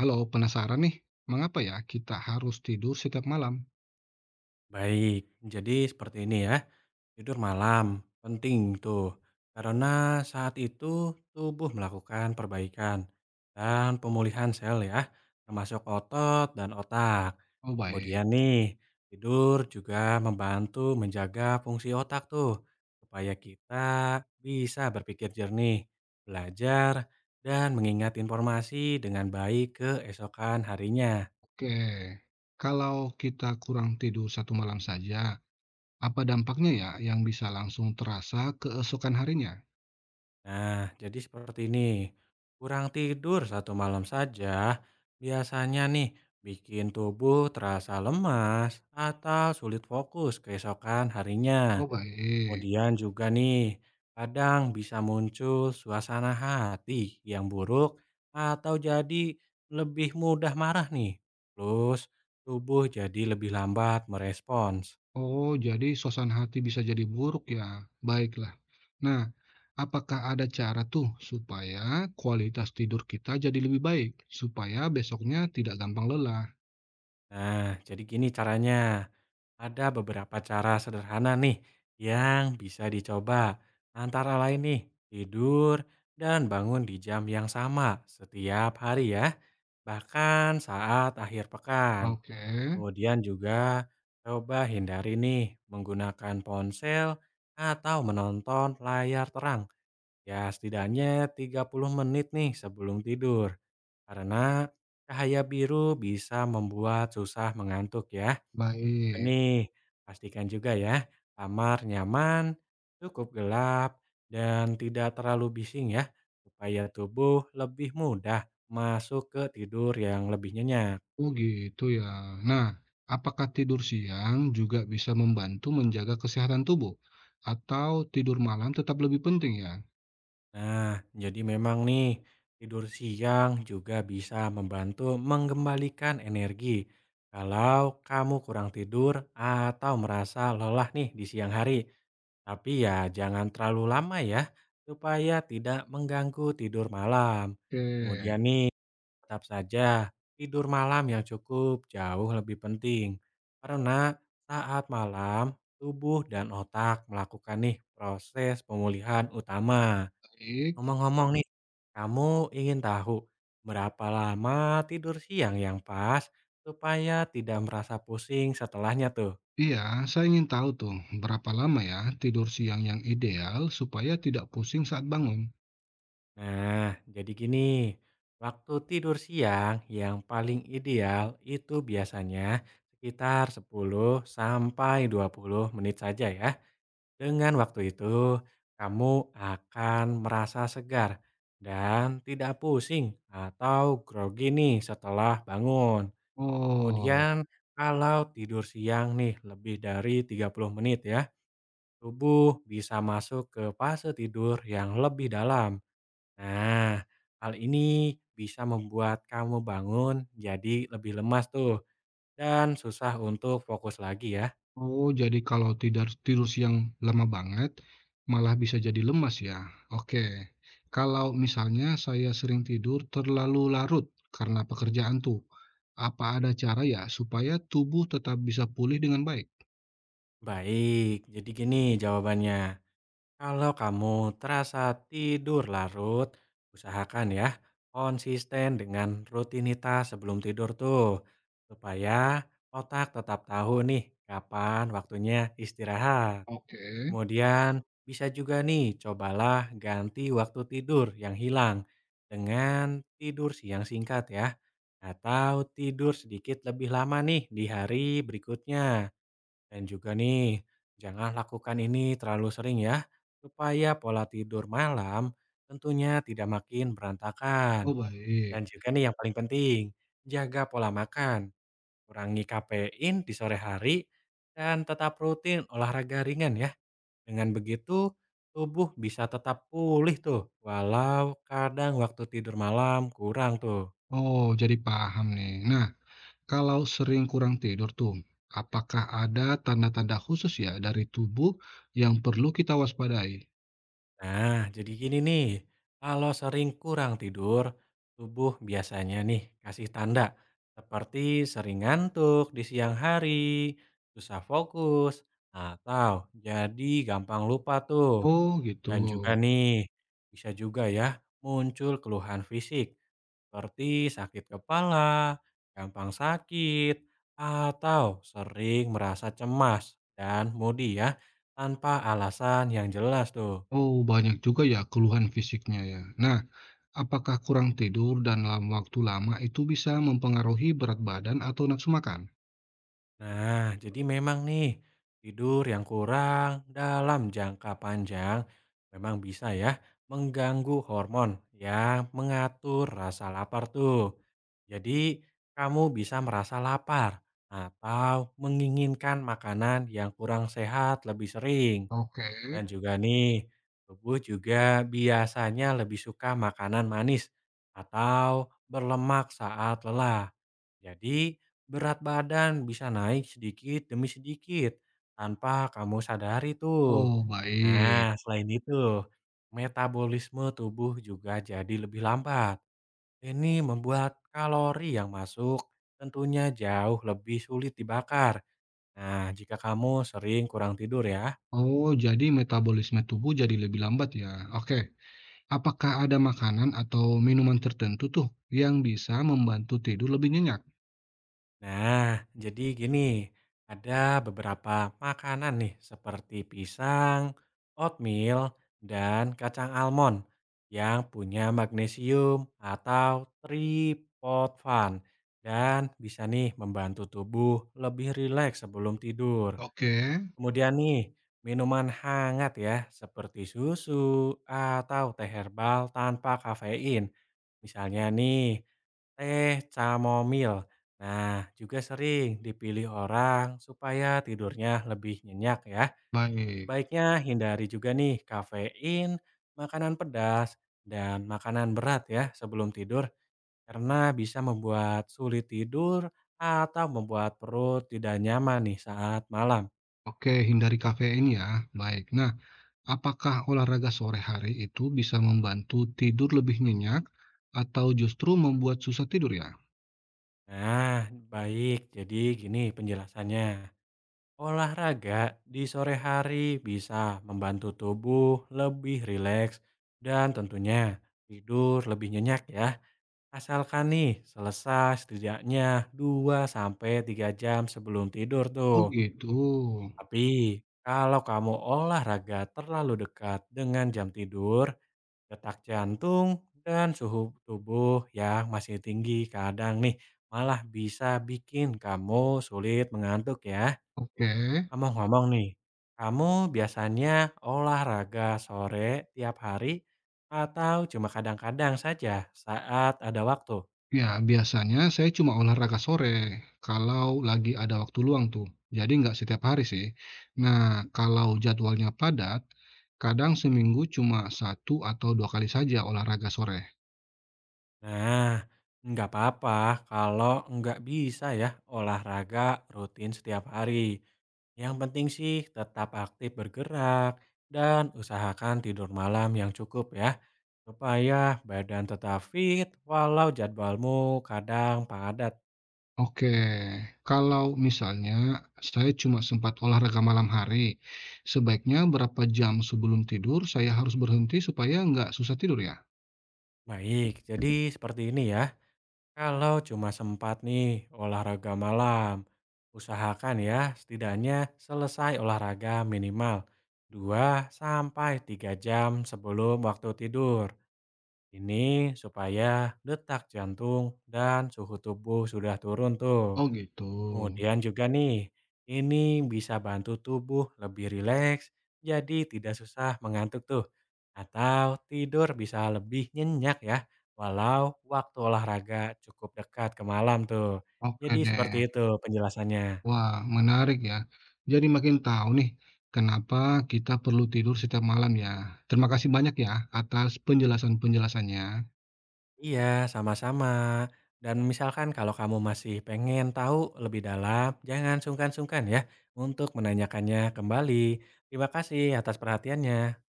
Halo, penasaran nih? Mengapa ya kita harus tidur setiap malam? Baik, jadi seperti ini ya. Tidur malam penting tuh, karena saat itu tubuh melakukan perbaikan dan pemulihan sel ya, termasuk otot dan otak. Oh baik, Kemudian nih, tidur juga membantu menjaga fungsi otak tuh, supaya kita bisa berpikir jernih, belajar, dan mengingat informasi dengan baik keesokan harinya. oke. Kalau kita kurang tidur satu malam saja, apa dampaknya ya yang bisa langsung terasa keesokan harinya? Nah, jadi seperti ini. Kurang tidur satu malam saja, biasanya nih bikin tubuh terasa lemas atau sulit fokus keesokan harinya. Oh baik. Kemudian juga nih, kadang bisa muncul suasana hati yang buruk atau jadi lebih mudah marah nih. Plus, tubuh jadi lebih lambat merespons. Oh, jadi suasana hati bisa jadi buruk ya. Baiklah. Nah, apakah ada cara tuh supaya kualitas tidur kita jadi lebih baik, supaya besoknya tidak gampang lelah? Nah, jadi gini caranya. Ada beberapa cara sederhana nih yang bisa dicoba. Antara lain nih, tidur dan bangun di jam yang sama setiap hari ya. Bahkan saat akhir pekan. Oke, Kemudian juga coba hindari nih menggunakan ponsel atau menonton layar terang, ya, setidaknya 30 menit nih sebelum tidur. Karena cahaya biru bisa membuat susah mengantuk ya. Dan baik. nih, pastikan juga ya, kamar nyaman, cukup gelap, dan tidak terlalu bising ya, supaya tubuh lebih mudah masuk ke tidur yang lebih nyenyak. Oh gitu ya. Nah, apakah tidur siang juga bisa membantu menjaga kesehatan tubuh? Atau tidur malam tetap lebih penting ya? Nah, jadi memang nih, tidur siang juga bisa membantu mengembalikan energi. Kalau kamu kurang tidur atau merasa lelah nih di siang hari. Tapi ya jangan terlalu lama ya, supaya tidak mengganggu tidur malam. Oke, Kemudian nih, tetap saja tidur malam yang cukup jauh lebih penting. Karena saat malam, tubuh dan otak melakukan nih proses pemulihan utama. baik. Ngomong-ngomong nih, kamu ingin tahu berapa lama tidur siang yang pas supaya tidak merasa pusing setelahnya tuh? Iya, saya ingin tahu tuh berapa lama ya tidur siang yang ideal supaya tidak pusing saat bangun. Nah, jadi gini, waktu tidur siang yang paling ideal itu biasanya sekitar 10 sampai 20 menit saja ya. Dengan waktu itu, kamu akan merasa segar dan tidak pusing atau grogi nih setelah bangun. Oh. Kemudian kalau tidur siang nih lebih dari 30 menit ya, tubuh bisa masuk ke fase tidur yang lebih dalam. Nah, hal ini bisa membuat kamu bangun jadi lebih lemas tuh dan susah untuk fokus lagi ya. Oh, jadi kalau tidak tidur siang lama banget, malah bisa jadi lemas ya? Oke. Kalau misalnya saya sering tidur terlalu larut karena pekerjaan tuh, apa ada cara ya supaya tubuh tetap bisa pulih dengan baik? Baik, jadi gini jawabannya. Kalau kamu terasa tidur larut, usahakan ya konsisten dengan rutinitas sebelum tidur tuh. Supaya otak tetap tahu nih kapan waktunya istirahat. Oke. Kemudian bisa juga nih cobalah ganti waktu tidur yang hilang dengan tidur siang singkat ya. Atau tidur sedikit lebih lama nih di hari berikutnya. Dan juga nih, jangan lakukan ini terlalu sering ya, supaya pola tidur malam tentunya tidak makin berantakan. Oh, baik. Dan juga nih yang paling penting, jaga pola makan, kurangi kafein di sore hari, dan tetap rutin olahraga ringan ya. Dengan begitu, tubuh bisa tetap pulih tuh, walau kadang waktu tidur malam kurang tuh. Oh, jadi paham nih. Nah, kalau sering kurang tidur tuh, apakah ada tanda-tanda khusus ya dari tubuh yang perlu kita waspadai? Nah, jadi gini nih, kalau sering kurang tidur, tubuh biasanya nih kasih tanda seperti sering ngantuk di siang hari, susah fokus, atau jadi gampang lupa tuh. Oh, gitu. Dan juga nih, bisa juga ya muncul keluhan fisik seperti sakit kepala, gampang sakit, atau sering merasa cemas dan moody ya, tanpa alasan yang jelas tuh. Oh, banyak juga ya keluhan fisiknya ya. Nah, apakah kurang tidur dan dalam waktu lama itu bisa mempengaruhi berat badan atau nafsu makan? Nah, jadi memang nih, tidur yang kurang dalam jangka panjang memang bisa ya mengganggu hormon yang mengatur rasa lapar tuh. Jadi, kamu bisa merasa lapar atau menginginkan makanan yang kurang sehat lebih sering. Oke. Dan juga nih, tubuh juga biasanya lebih suka makanan manis atau berlemak saat lelah. Jadi, berat badan bisa naik sedikit demi sedikit tanpa kamu sadari tuh. Oh, baik. Nah, selain itu, metabolisme tubuh juga jadi lebih lambat. Ini membuat kalori yang masuk tentunya jauh lebih sulit dibakar. Nah, jika kamu sering kurang tidur ya. Oh, jadi metabolisme tubuh jadi lebih lambat ya. Oke. Apakah ada makanan atau minuman tertentu tuh yang bisa membantu tidur lebih nyenyak? Nah, jadi gini, ada beberapa makanan nih seperti pisang, oatmeal, dan kacang almond yang punya magnesium atau triptofan dan bisa nih membantu tubuh lebih rileks sebelum tidur. Oke, Kemudian nih, minuman hangat ya, seperti susu atau teh herbal tanpa kafein. Misalnya nih, teh chamomil. Nah, juga sering dipilih orang supaya tidurnya lebih nyenyak ya. baik. Sebaiknya hindari juga nih kafein, makanan pedas, dan makanan berat ya sebelum tidur karena bisa membuat sulit tidur atau membuat perut tidak nyaman nih saat malam. Oke, hindari kafein ya. Baik. Nah, apakah olahraga sore hari itu bisa membantu tidur lebih nyenyak atau justru membuat susah tidur ya? Nah, baik. Jadi gini penjelasannya. Olahraga di sore hari bisa membantu tubuh lebih rileks dan tentunya tidur lebih nyenyak ya. Asalkan nih selesai setidaknya 2 sampai 3 jam sebelum tidur Oh tuh. gitu. Tapi kalau kamu olahraga terlalu dekat dengan jam tidur, detak jantung, dan suhu tubuh yang masih tinggi kadang nih malah bisa bikin kamu sulit mengantuk ya. Oke. Ngomong-ngomong nih, kamu biasanya olahraga sore tiap hari atau cuma kadang-kadang saja saat ada waktu? Ya, biasanya saya cuma olahraga sore kalau lagi ada waktu luang tuh. Jadi nggak setiap hari sih. Nah, kalau jadwalnya padat, kadang seminggu cuma satu atau dua kali saja olahraga sore. Nah, nggak apa-apa kalau nggak bisa ya olahraga rutin setiap hari. Yang penting sih tetap aktif bergerak dan usahakan tidur malam yang cukup ya, supaya badan tetap fit walau jadwalmu kadang padat. Oke, kalau misalnya saya cuma sempat olahraga malam hari, sebaiknya berapa jam sebelum tidur saya harus berhenti supaya nggak susah tidur ya? Baik, jadi seperti ini ya. Kalau cuma sempat nih olahraga malam, usahakan ya setidaknya selesai olahraga minimal 2 sampai 3 jam sebelum waktu tidur. Ini supaya detak jantung dan suhu tubuh sudah turun tuh. Oh gitu. Kemudian juga nih, ini bisa bantu tubuh lebih rileks, jadi tidak susah mengantuk tuh. Atau tidur bisa lebih nyenyak ya, walau waktu olahraga cukup dekat ke malam tuh. Oke Jadi seperti deh. itu penjelasannya. Wah, menarik ya. Jadi makin tahu nih kenapa kita perlu tidur setiap malam ya. Terima kasih banyak ya atas penjelasan-penjelasannya. Iya, sama-sama. Dan misalkan kalau kamu masih pengen tahu lebih dalam, jangan sungkan-sungkan ya untuk menanyakannya kembali. Terima kasih atas perhatiannya.